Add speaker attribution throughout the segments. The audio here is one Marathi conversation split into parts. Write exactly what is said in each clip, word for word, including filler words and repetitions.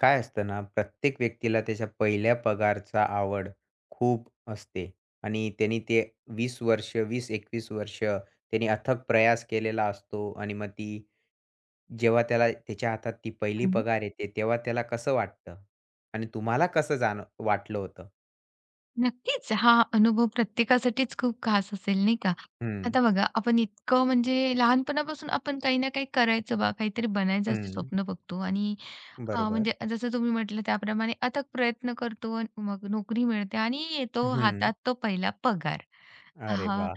Speaker 1: काय असतं ना, प्रत्येक व्यक्तीला त्याच्या पहिल्या पगारचा आवड खूप असते आणि त्यांनी ते वीस वर्ष, वीस एकवीस वर्ष त्यांनी अथक प्रयास केलेला असतो आणि मग ती जेव्हा त्याला त्याच्या हातात ती पहिली
Speaker 2: हं.
Speaker 1: पगार येते, तेव्हा त्याला कसं वाटतं? आणि तुम्हाला कसं जाण वाटलं होतं?
Speaker 2: नक्कीच. हा अनुभव प्रत्येकासाठीच खूप खास असेल, नाही का?
Speaker 1: हं,
Speaker 2: आता बघा, आपण इतकं म्हणजे लहानपणापासून आपण काही ना काही करायचं बा, काहीतरी बनायचं असे
Speaker 1: हं.
Speaker 2: स्वप्न बघतो आणि अ,
Speaker 1: बरोबर.
Speaker 2: म्हणजे जसं तुम्ही म्हटलं त्याप्रमाणे अथक प्रयत्न करतो आणि मग नोकरी मिळते आणि येतो
Speaker 1: हं.
Speaker 2: हातात तो पहिला पगार.
Speaker 1: अरे
Speaker 2: हां.
Speaker 1: वाह!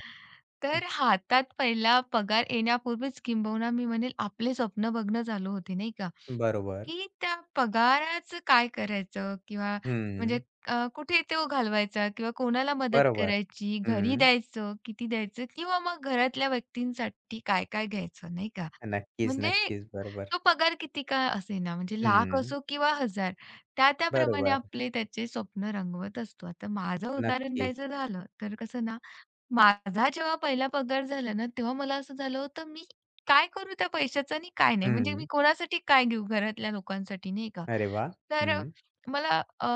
Speaker 2: तर हातात पहिला पगार येण्यापूर्वीच किंबहुना मी म्हणेल आपले स्वप्न बघणं चालू होते, नाही का?
Speaker 1: बरोबर.
Speaker 2: की त्या पगाराचं काय करायचं? किंवा म्हणजे
Speaker 1: हं.
Speaker 2: अ, कुठे तो घालवायचा किंवा कोणाला मदत
Speaker 1: बरोबर.
Speaker 2: करायची? घरी
Speaker 1: हं.
Speaker 2: द्यायचं, किती द्यायचं? किंवा मग घरातल्या व्यक्तींसाठी काय-काय घ्यायचं, नाही का?
Speaker 1: नक्कीच,
Speaker 2: म्हणजे
Speaker 1: नक्कीच. बरोबर.
Speaker 2: तो पगार किती का असेना, म्हणजे लाख
Speaker 1: हं.
Speaker 2: असो किंवा हजार, त्या-त्याप्रमाणे
Speaker 1: बरोबर.
Speaker 2: आपले त्याचे स्वप्न रंगवत असतो. आता माझं उदाहरण
Speaker 1: नक्कीच.
Speaker 2: द्यायचं झालं, तर कसं ना, माझा जेव्हा पहिला पगार झाला ना, तेव्हा मला असं झालं होतं, मी काय करू त्या पैशाचं आणि काय नाही? म्हणजे मी
Speaker 1: हं.
Speaker 2: कोणासाठी काय घेऊ घरातल्या लोकांसाठी, नाही का?
Speaker 1: अरे वाह!
Speaker 2: तर अ,
Speaker 1: हं.
Speaker 2: मला अ,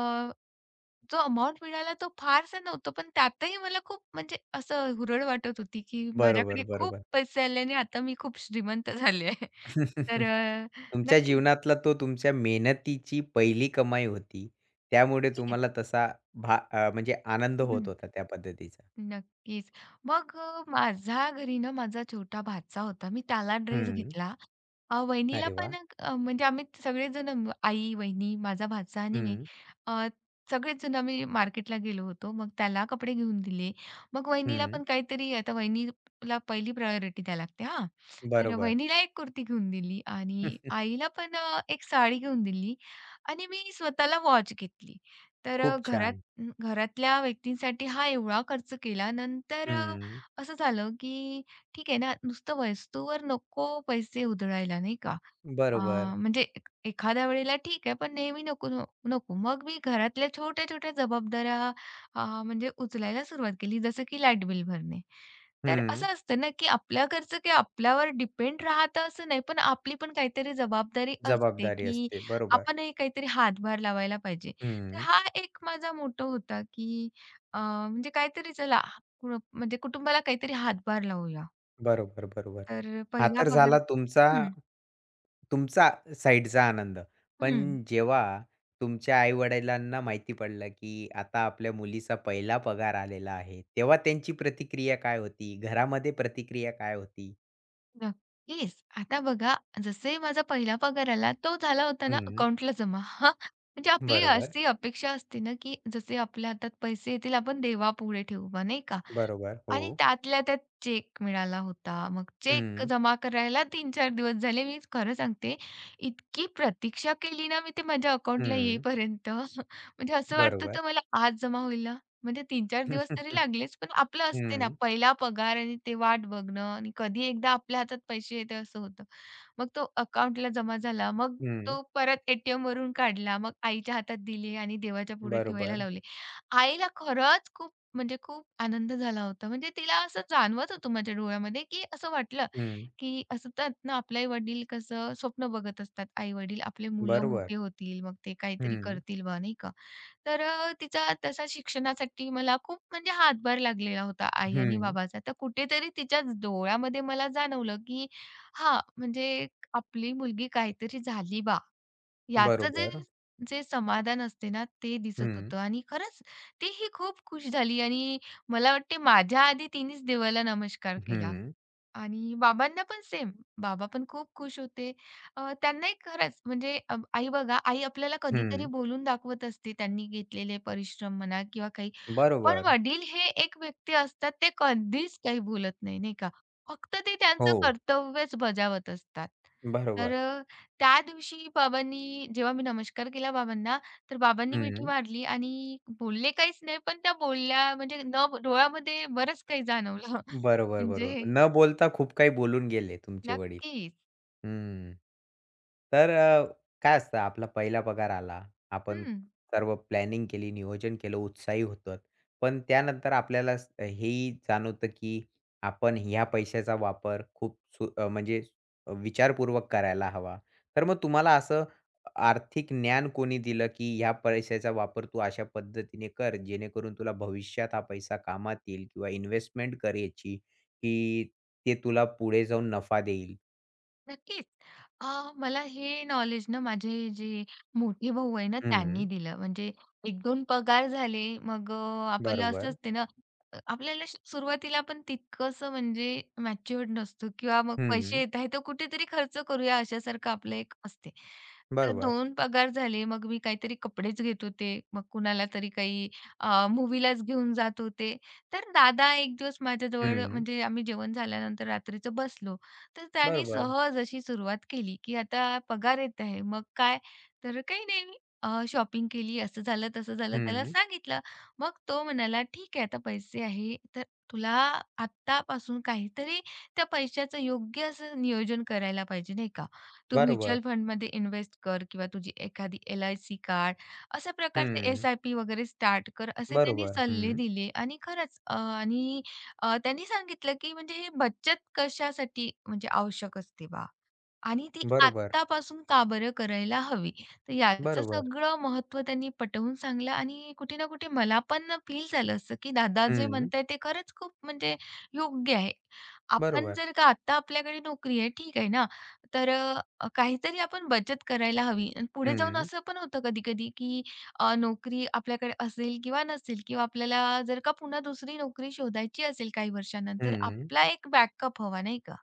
Speaker 2: जो अमाउंट मिळाला तो फारसा नव्हता, पण त्यातही मला खूप म्हणजे असं हुरळ वाटत होती, की
Speaker 1: बरोबर,
Speaker 2: माझ्याकडे खूप
Speaker 1: बरोबर.
Speaker 2: पैसे आले आणि आता मी खूप श्रीमंत झाले आहे. तर अ,
Speaker 1: तुमच्या
Speaker 2: नक्कीच,
Speaker 1: जीवनातला तो तुमच्या मेहनतीची पहिली कमाई होती. त्यामुळे
Speaker 2: नक्कीच.
Speaker 1: तुम्हाला तसा भा अ, म्हणजे आनंद होत
Speaker 2: हं,
Speaker 1: होता त्या पद्धतीचा.
Speaker 2: नक्कीच. मग अ, माझ्या घरी ना माझा छोटा भाचा होता. मी त्याला ड्रेस
Speaker 1: हं.
Speaker 2: घेतला. अ, वहिनीला
Speaker 1: अरे वाह!
Speaker 2: पण अ, म्हणजे आम्ही सगळेजण म- आई, वहिनी, माझा भाचा आणि मी
Speaker 1: हं,
Speaker 2: अ, सगळेच जण आम्ही मार्केटला गेलो होतो. मग त्याला कपडे घेऊन दिले. मग वहिनीला
Speaker 1: हं.
Speaker 2: पण काहीतरी आता वहिनीला पहिली प्रायोरिटी द्यावी लागते हां. तर
Speaker 1: बरोबर.
Speaker 2: वहिनीला एक कुर्ती घेऊन दिली आणि आईला पण अ, एक साडी घेऊन दिली आणि मी स्वतःला वॉच घेतली. तर अ,
Speaker 1: खूप
Speaker 2: घरात
Speaker 1: छान.
Speaker 2: घरातल्या व्यक्तींसाठी हा एवढा खर्च केला. नंतर अ,
Speaker 1: हं.
Speaker 2: असं झालं की ठीक आहे ना, नुसतं वस्तूवर नको पैसे उधळायला, नाही का? अ,
Speaker 1: बरोबर.
Speaker 2: म्हणजे ए एखाद्या वेळेला ठीक आहे, पण नेहमी नको, न नको. मग मी घरातल्या छोट्या-छोट्या जबाबदाऱ्या अ, म्हणजे उचलायला सुरुवात केली, जसं की लाईट बिल भरणे. तर
Speaker 1: हं.
Speaker 2: असं असतं ना, की आपल्या घरचं की आपल्यावर डिपेंड राहतं असं नाही, पण आपली पण काहीतरी जबाबदारी असते,
Speaker 1: जबाबदारी
Speaker 2: की
Speaker 1: असते. बरोबर.
Speaker 2: आपणही काहीतरी हातभार लावायला पाहिजे. तर
Speaker 1: हं.
Speaker 2: हा एक माझा मोटो होता, की अ, म्हणजे काहीतरी चला, कु म्हणजे कुटुंबाला काहीतरी हातभार लावूया.
Speaker 1: बरोबर, बरोबर.
Speaker 2: तर
Speaker 1: हा
Speaker 2: पहिला
Speaker 1: तर
Speaker 2: पगार.
Speaker 1: झाला तुमचा
Speaker 2: हं,
Speaker 1: तुमचा साइडचा आनंद.
Speaker 2: हं.
Speaker 1: पण जेव्हा तुमच्या आई-वडिलांना माहिती पडलं, की आता आपल्या मुलीचा पहिला पगार आलेला आहे, तेव्हा त्यांची प्रतिक्रिया काय होती? घरामध्ये प्रतिक्रिया काय होती?
Speaker 2: नक्कीच. आता बघा, जसे माझा पहिला पगार आला तो झाला होता ना
Speaker 1: हं.
Speaker 2: अकाउंटला जमा. हां, म्हणजे आपली
Speaker 1: बरोबर,
Speaker 2: अशी अपेक्षा असते ना, की जसे आपल्या हातात पैसे येतील आपण देवापुढे ठेवू बा, नाही का?
Speaker 1: बरोबर.
Speaker 2: आणि
Speaker 1: हो.
Speaker 2: त्यातल्या त्यात चेक मिळाला होता. मग चेक
Speaker 1: हं,
Speaker 2: जमा करायला तीन चार दिवस झाले. मी खरं सांगते, इतकी प्रतीक्षा केली ना मी ते माझ्या अकाउंटला
Speaker 1: हं.
Speaker 2: येईपर्यंत. म्हणजे असं वाटत
Speaker 1: बरोबर.
Speaker 2: होतं, मला आज जमा होईल ना? म्हणजे तीन चार दिवस तरी लागलेच. पण आपलं असते ना
Speaker 1: हं,
Speaker 2: पहिला पगार आणि ते वाट बघणं आणि कधी एकदा आपल्या हातात पैसे येते असं होतं. मग तो अकाउंटला जमा झाला. मग
Speaker 1: हं.
Speaker 2: तो परत ए टी एम वरून काढला. मग आईच्या हातात दिले आणि देवाच्या पुढे ठेवायला
Speaker 1: बरोबर.
Speaker 2: लावले. आईला खरंच खूप म्हणजे खूप आनंद झाला होता. म्हणजे तिला असं जाणवत होतं माझ्या डोळ्यामध्ये, की असं वाटलं,
Speaker 1: हं.
Speaker 2: की असतात ना आपले वडील कसं स्वप्न बघत असतात, आई-वडील आपले मुलं
Speaker 1: बरोबर.
Speaker 2: मोठे होतील, मग ते काहीतरी
Speaker 1: हं,
Speaker 2: करतील बा, नाही का. तर अ, तिचा तसा शिक्षणासाठी मला खूप म्हणजे हातभार लागलेला होता आई आणि
Speaker 1: हं.
Speaker 2: बाबाचा. तर कुठेतरी तिच्याच डोळ्यामध्ये मला जाणवलं, की हां, म्हणजे आपली मुलगी काहीतरी झाली याचं जे
Speaker 1: बरोबर.
Speaker 2: जे समाधान असते ना, ते दिसत
Speaker 1: हं,
Speaker 2: होतं आणि खरंच ती ही खूप खुश झाली आणि मला वाटते माझ्या आधी तिनेच देवाला नमस्कार केला
Speaker 1: हं,
Speaker 2: आणि बाबांना पण सेम. बाबा पण खूप खुश होते. अ, त्यांनाही खरंच म्हणजे अ, आई बघा, आई आपल्याला कधीतरी
Speaker 1: हं.
Speaker 2: बोलून दाखवत असते त्यांनी घेतलेले परिश्रम म्हणा किंवा काही. पण
Speaker 1: बरोबर.
Speaker 2: वडील हे एक व्यक्ती असतात, ते कधीच काही बोलत नाही, नाही का? फक्त ते त्यांचं
Speaker 1: हो.
Speaker 2: कर्तव्यच बजावत असतात. तर
Speaker 1: बरोबर.
Speaker 2: अ, त्या दिवशी बाबांनी जेव्हा मी नमस्कार केला बाबांना, तर बाबांनी मिठी
Speaker 1: हं.
Speaker 2: मारली आणि बोलले काहीच नाही, पण त्या बोलल्या म्हणजे न डोळ्यामध्ये बरंच काही जाणवलं.
Speaker 1: बरोबर, बरोबर.
Speaker 2: म्हणजे
Speaker 1: न बोलता खूप काही बोलून गेले तुमचे वडील.
Speaker 2: नक्कीच.
Speaker 1: हं. तर अ, काय असतं आपला पहिला पगार आला. आपण
Speaker 2: हं.
Speaker 1: सर्व प्लॅनिंग केली, नियोजन केलं, उत्साही होतो. पण त्यानंतर आपल्याला स हेही जाणवतं, की आपण ह्या पैशाचा वापर खूप सु अ, म्हणजे विचारपूर्वक करायला हवा. तर मग तुम्हाला असं आर्थिक ज्ञान कोणी दिलं, की ह्या पैशाचा वापर तू अशा पद्धतीने कर, जेणेकरून तुला भविष्यात हा पैसा कामात येईल किंवा इन्व्हेस्टमेंट कर याची, की ते तुला पुढे जाऊन नफा देईल.
Speaker 2: नक्कीच. अ, मला हे नॉलेज ना माझे जे मोठे भाऊ आहे ना
Speaker 1: हं,
Speaker 2: त्यांनी दिलं. म्हणजे एक दोन पगार झाले, मग अ, आपल्याला असं
Speaker 1: बरोबर.
Speaker 2: असते ना. अ, आपल्याला श सुरुवातीला आपण तितकंसं म्हणजे मॅच्युअर्ड नसतो किंवा मग पैसे
Speaker 1: हं,
Speaker 2: येत आहे तर कुठेतरी खर्च करूया अशासारखं आपलं एक असते. तर
Speaker 1: बरोबर.
Speaker 2: दोन पगार झाले, मग मी काहीतरी कपडेच घेत होते. मग कुणाला तरी काही अ, घेऊन जात होते. तर दादा एक दिवस माझ्याजवळ
Speaker 1: हं,
Speaker 2: म्हणजे आम्ही जेवण झाल्यानंतर रात्रीचं बसलो. तर त्याने
Speaker 1: बरोबर.
Speaker 2: सहज अशी सुरुवात केली, की आता पगार येत आहे, मग काय? तर काही नाही, शॉपिंग केली, असं झालं, तसं झालं. त्याला
Speaker 1: हं,
Speaker 2: सांगितलं. मग तो म्हणाला, "ठीक आहे, आता पैसे आहे, तर तुला आत्तापासून काहीतरी त्या पैशाचं योग्य असं नियोजन करायला पाहिजे, नाही का? तू
Speaker 1: बरोबर.
Speaker 2: म्युच्युअल फंडमध्ये इन्व्हेस्ट कर किंवा तुझी एखादी एल आय सी काढ, अशा प्रकारचे
Speaker 1: हं,
Speaker 2: एस आय पी वगैरे स्टार्ट कर." असे त्यांनी
Speaker 1: बरोबर.
Speaker 2: सल्ले
Speaker 1: हं.
Speaker 2: दिले आणि खरंच अ, आणि अ, त्यांनी सांगितलं, की म्हणजे ही बचत कशासाठी म्हणजे आवश्यक असते बा आणि ती
Speaker 1: बरोबर,
Speaker 2: आत्तापासून का बरं करायला हवी. तर याचं
Speaker 1: बरोबर.
Speaker 2: सगळं महत्त्व त्यांनी पटवून सांगलं आणि कुठे ना कुठे मला पण फील झालं असं, की दादा जे
Speaker 1: हं,
Speaker 2: म्हणतायत ते खरंच खूप म्हणजे योग्य आहे. आपण
Speaker 1: बरोबर.
Speaker 2: जर का आत्ता आपल्याकडे नोकरी आहे, ठीक आहे ना, तर अ, काहीतरी आपण बचत करायला हवी आणि पुढे जाऊन
Speaker 1: हं,
Speaker 2: असं पण होतं कधी-कधी, की अ, नोकरी आपल्याकडे असेल किंवा नसेल किंवा आपल्याला जर का पुन्हा दुसरी नोकरी शोधायची असेल काही वर्षानंतर,
Speaker 1: हं,
Speaker 2: आपला एक बॅकअप हवा, नाही का?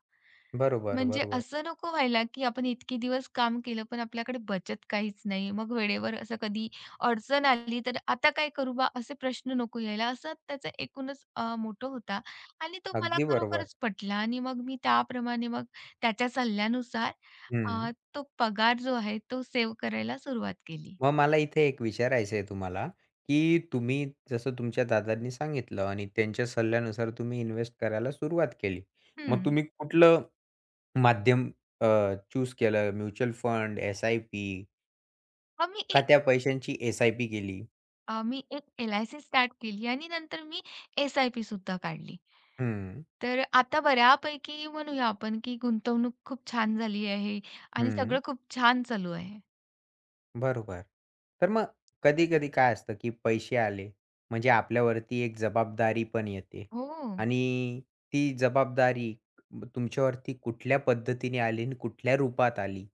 Speaker 1: बरोबर,
Speaker 2: म्हणजे
Speaker 1: बरोबर.
Speaker 2: असं नको व्हायला, की आपण इतके दिवस काम केलं, पण आपल्याकडे बचत काहीच नाही. मग वेळेवर असं कधी अडचण आली, तर आता काय करू बा? असे प्रश्न नको यायला. असं त्याचा एकूणच अ, मोटो होता आणि तो मला
Speaker 1: अगदी बरोबर.
Speaker 2: खरोखरच पटला आणि मग मी त्याप्रमाणे मग त्याच्या सल्ल्यानुसार
Speaker 1: हं.
Speaker 2: अ, तो पगार जो आहे, तो सेव्ह करायला सुरुवात केली.
Speaker 1: मग मला इथे एक विचारायचं आहे तुम्हाला, की तुम्ही जसं तुमच्या दादांनी सांगितलं आणि त्यांच्या सल्ल्यानुसार तुम्ही इन्व्हेस्ट करायला सुरुवात केली. मग
Speaker 2: हं.
Speaker 1: तुम्ही कुठलं माध्यम अ, चूज केलं? म्युच्युअल फंड, एस-आय-पी
Speaker 2: मग
Speaker 1: का
Speaker 2: मी
Speaker 1: त्या पैशांची एस-आय-पी केली?
Speaker 2: अ, एक एल आय सी स्टार्ट केली आणि नंतर मी एस आय पी सुद्धा काढली.
Speaker 1: हं,
Speaker 2: तर आता बऱ्यापैकी म्हणूया आपण, की गुंतवणूक खूप छान झाली आहे आणि
Speaker 1: हं.
Speaker 2: सगळं खूप छान चालू आहे.
Speaker 1: बरोबर. तर मग कधी-कधी काय असतं, की पैसे आले म्हणजे आपल्यावरती एक जबाबदारी पण येते
Speaker 2: हो.
Speaker 1: आणि ती जबाबदारी तुमच्यावरती कुठल्या पद्धतीने आली आणि कुठल्या रूपात आली?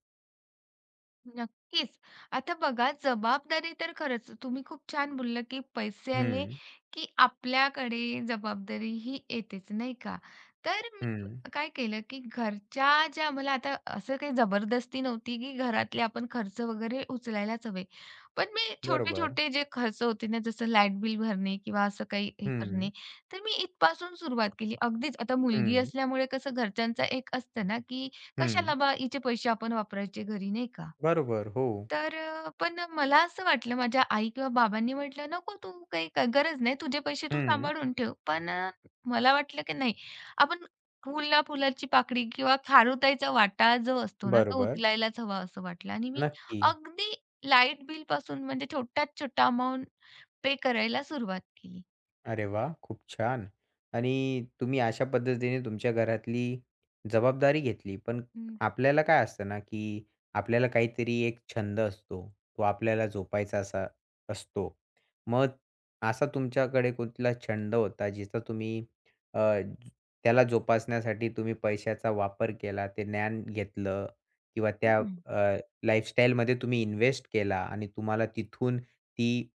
Speaker 2: नक्कीच. आता बघा, जबाबदारी तर खरंच तुम्ही खूप छान बोलला, की पैसे आले,
Speaker 1: हं,
Speaker 2: की आपल्याकडे जबाबदारी ही येतेच, नाही का? तर मी
Speaker 1: हं.
Speaker 2: काय केलं, की घरच्या ज्या मला आता असं काही जबरदस्ती नव्हती, की घरातले आपण खर्च वगैरे उचलायलाच हवे. पण मी
Speaker 1: बरोबर.
Speaker 2: छोटे-छोटे जे खर्च होते ना, जसं लाईट बिल भरणे किंवा असं काही हे
Speaker 1: हं,
Speaker 2: करणे, तर मी इथपासून सुरुवात केली. अगदीच आता मुलगी
Speaker 1: हं,
Speaker 2: असल्यामुळे कसं घरच्यांचा एक असतं ना, की
Speaker 1: हं.
Speaker 2: कशाला बा हिचे पैसे आपण वापरायचे घरी, नाही का?
Speaker 1: बरोबर. हो.
Speaker 2: तर अ, पण मला असं वाटलं माझ्या आई किंवा बाबांनी म्हटलं, "नको तू काही ग गरज नाही. तुझे पैसे तू
Speaker 1: हं.
Speaker 2: सांभाळून ठेव." पण अ, मला वाटलं की नाही. आपण फुलला फुलाची पाकळी किंवा खारुताईचा वाटा जो असतो ना, तो
Speaker 1: बरोबर.
Speaker 2: उचलायलाच हवा असं वाटलं आणि मी
Speaker 1: नक्की.
Speaker 2: अगदी लाईट बिलपासून म्हणजे छोट्यात छोटा अमाउंट पे करायला सुरुवात केली.
Speaker 1: अरे वा, खूप छान. आणि तुम्ही अशा पद्धतीने तुमच्या घरातली जबाबदारी घेतली. पण
Speaker 2: हं.
Speaker 1: आपल्याला काय असतं ना, की आपल्याला काहीतरी एक छंद असतो. तो आपल्याला जोपायचा असा असतो. मग असा तुमच्याकडे कुठला छंद होता जिचा तुम्ही अ, ज- त्याला जोपासण्यासाठी तुम्ही पैशाचा वापर केला, ते ज्ञान घेतलं किंवा त्या
Speaker 2: हं.
Speaker 1: लाईफस्टाईलमध्ये तुम्ही इन्व्हेस्ट केला आणि तुम्हाला तिथून ती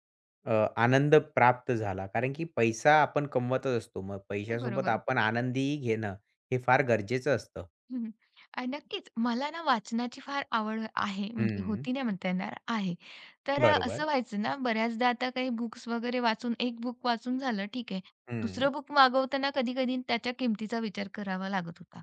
Speaker 1: अ, आनंद प्राप्त झाला. कारण की पैसा आपण कमवतच असतो. मग पैशासोबत
Speaker 2: बरोबर.
Speaker 1: आपण आनंदही घेणं हे फार गरजेचं असतं.
Speaker 2: हं, अ, नक्कीच. मला ना वाचनाची फार आवड आहे, म्हणजे
Speaker 1: हं.
Speaker 2: होती नाही म्हणता येणार, आहे. तर अ,
Speaker 1: बरोबर.
Speaker 2: असं व्हायचं ना बऱ्याचदा आता काही बुक्स वगैरे वाचून, एक बुक वाचून झालं, ठीक आहे.
Speaker 1: हं.
Speaker 2: दुसरं बुक मागवताना कधी-कधी त्याच्या किमतीचा विचार करावा लागत होता.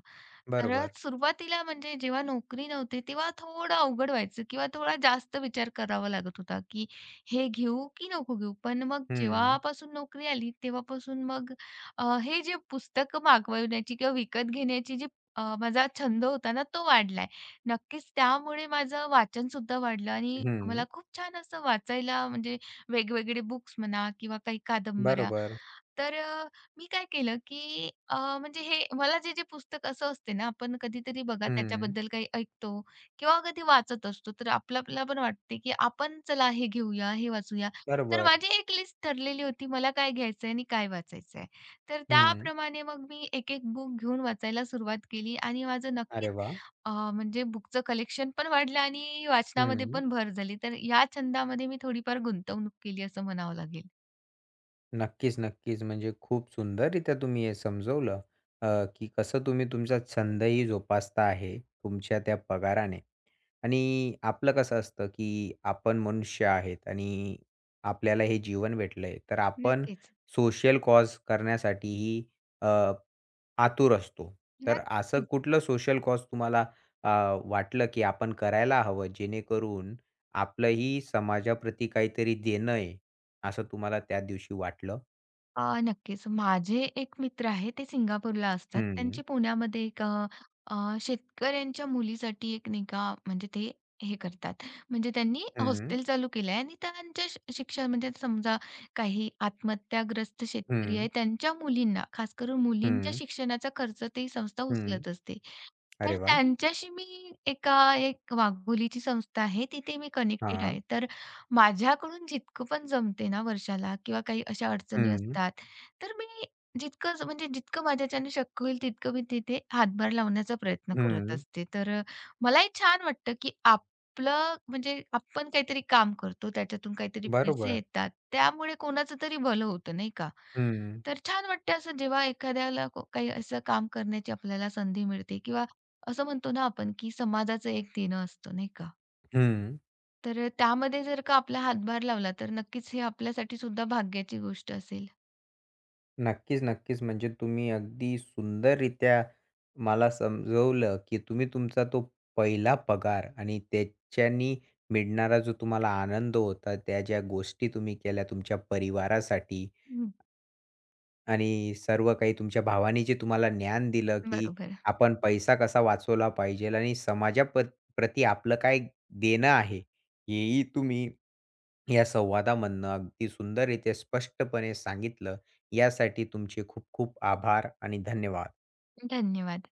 Speaker 2: तर अ,
Speaker 1: बरोबर.
Speaker 2: सुरुवातीला म्हणजे जेव्हा नोकरी नव्हती तेव्हा थोडं अवघड व्हायचं किंवा थोडा जास्त विचार करावा लागत होता, की हे घेऊ की नको घेऊ? पण मग
Speaker 1: हं.
Speaker 2: जेव्हापासून नोकरी आली तेव्हापासून मग अ, हे जे पुस्तकं मागवण्याची किंवा विकत घेण्याची जी अ, माझा छंद होता ना तो वाढलाय. नक्कीच त्यामुळे माझं वाचन सुद्धा वाढलं आणि मला
Speaker 1: हं.
Speaker 2: खूप छान असं वाचायला म्हणजे वेगवेगळे बुक्स म्हणा किंवा काही कादंबऱ्या.
Speaker 1: बरोबर.
Speaker 2: तर अ, मी काय केलं, की अ, म्हणजे हे मला जे-जे पुस्तक असं असते ना, आपण कधीतरी बघा
Speaker 1: हं.
Speaker 2: त्याच्याबद्दल काही ऐकतो किंवा कधी वाचत असतो, तर आपलं आपल्याला पण वाटते, की आपण चला हे घेऊया, हे वाचूया. तर
Speaker 1: बरोबर.
Speaker 2: माझी एक लिस्ट ठरलेली होती मला काय घ्यायचंय आणि काय वाचायचंय. तर
Speaker 1: हं.
Speaker 2: त्याप्रमाणे मग मी एक-एक बुक घेऊन वाचायला सुरुवात केली आणि माझं
Speaker 1: अरे
Speaker 2: नक्कीच
Speaker 1: वाह!
Speaker 2: अ, म्हणजे बुकचं कलेक्शन पण वाढलं आणि वाचनामध्ये
Speaker 1: हं.
Speaker 2: पण भर झाली. तर या छंदामध्ये मी थोडीफार गुंतवणूक केली असं म्हणावं लागेल.
Speaker 1: नक्कीच, नक्कीच. म्हणजे खूप सुंदररीत्या तुम्ही हे समजवलं अ, की कसं तुम्ही तुमचा छंदही जोपासता आहे तुमच्या त्या पगाराने. आणि आपलं कसं असतं, की आपण मनुष्य आहेत आणि आपल्याला हे जीवन भेटलंय, तर आपण
Speaker 2: नक्कीच.
Speaker 1: सोशल कॉज करण्यासाठीही अ, आतुर असतो. तर असं
Speaker 2: नक्की.
Speaker 1: कुठलं सोशल कॉज तुम्हाला अ, वाटलं, की आपण करायला हवं, जेणेकरून आपलंही समाजाप्रती काहीतरी देणं आहे, असं तुम्हाला त्या दिवशी वाटलं?
Speaker 2: अ, नक्कीच. माझे एक मित्र आहे, ते सिंगापूरला असतात.
Speaker 1: हं,
Speaker 2: त्यांची पुण्यामध्ये एक अ, अ, शेतकऱ्यांच्या मुलीसाठी एक नाही का म्हणजे ते हे करतात. म्हणजे त्यांनी
Speaker 1: हं,
Speaker 2: हॉस्टेल चालू केलं आहे आणि त्यांच्या श शिक्षण म्हणजे समजा काही आत्महत्याग्रस्त शेतकरी
Speaker 1: हं,
Speaker 2: आहे, त्यांच्या मुलींना, खास करून मुलींच्या
Speaker 1: हं,
Speaker 2: शिक्षणाचा खर्च ती संस्था
Speaker 1: हं.
Speaker 2: उचलत असते.
Speaker 1: अरे
Speaker 2: तर
Speaker 1: वाह!
Speaker 2: त्यांच्याशी मी एका एक वाघबोलीची संस्था आहे, तिथे मी कनेक्टेड
Speaker 1: हां.
Speaker 2: आहे. तर माझ्याकडून जितकं पण जमते ना वर्षाला किंवा काही अशा अडचणी
Speaker 1: हं,
Speaker 2: असतात, तर मी जितकं ज म्हणजे जितकं माझ्याच्याने शक्य होईल तितकं मी तिथे हातभार लावण्याचा प्रयत्न करत
Speaker 1: हं.
Speaker 2: असते. तर अ, मलाही छान वाटतं, की आपलं म्हणजे आपण काहीतरी काम करतो, त्याच्यातून काहीतरी पैसे
Speaker 1: बरोबर.
Speaker 2: येतात, त्यामुळे कोणाचं तरी भलं होतं, नाही का?
Speaker 1: हं,
Speaker 2: तर छान वाटतं असं जेव्हा एखाद्याला को काही असं काम करण्याची आपल्याला संधी मिळते किंवा असं म्हणतो ना आपण, की समाजाचं एक देणं असतं, नाही का?
Speaker 1: हं.
Speaker 2: तर अ, त्यामध्ये जर का आपला हातभार लावला, तर नक्कीच हे आपल्यासाठी सुद्धा भाग्याची गोष्ट असेल.
Speaker 1: नक्कीच, नक्कीच. म्हणजे तुम्ही अगदी सुंदररीत्या मला समजवलं, की तुम्ही तुमचा तो पहिला पगार आणि त्याच्यानी मिळणारा जो तुम्हाला आनंद होता, त्या ज्या गोष्टी तुम्ही केल्या तुमच्या परिवारासाठी
Speaker 2: हं.
Speaker 1: आणि सर्व काही तुमच्या भावाने जे तुम्हाला ज्ञान दिलं, की
Speaker 2: बरोबर.
Speaker 1: आपण पैसा कसा वाचवला पाहिजेल आणि समाजापत प्रती आपलं काय देणं आहे, हेही तुम्ही या संवादामधनं अगदी सुंदररीत्या स्पष्टपणे सांगितलं. यासाठी तुमचे खूप खूप आभार आणि धन्यवाद.
Speaker 2: धन्यवाद.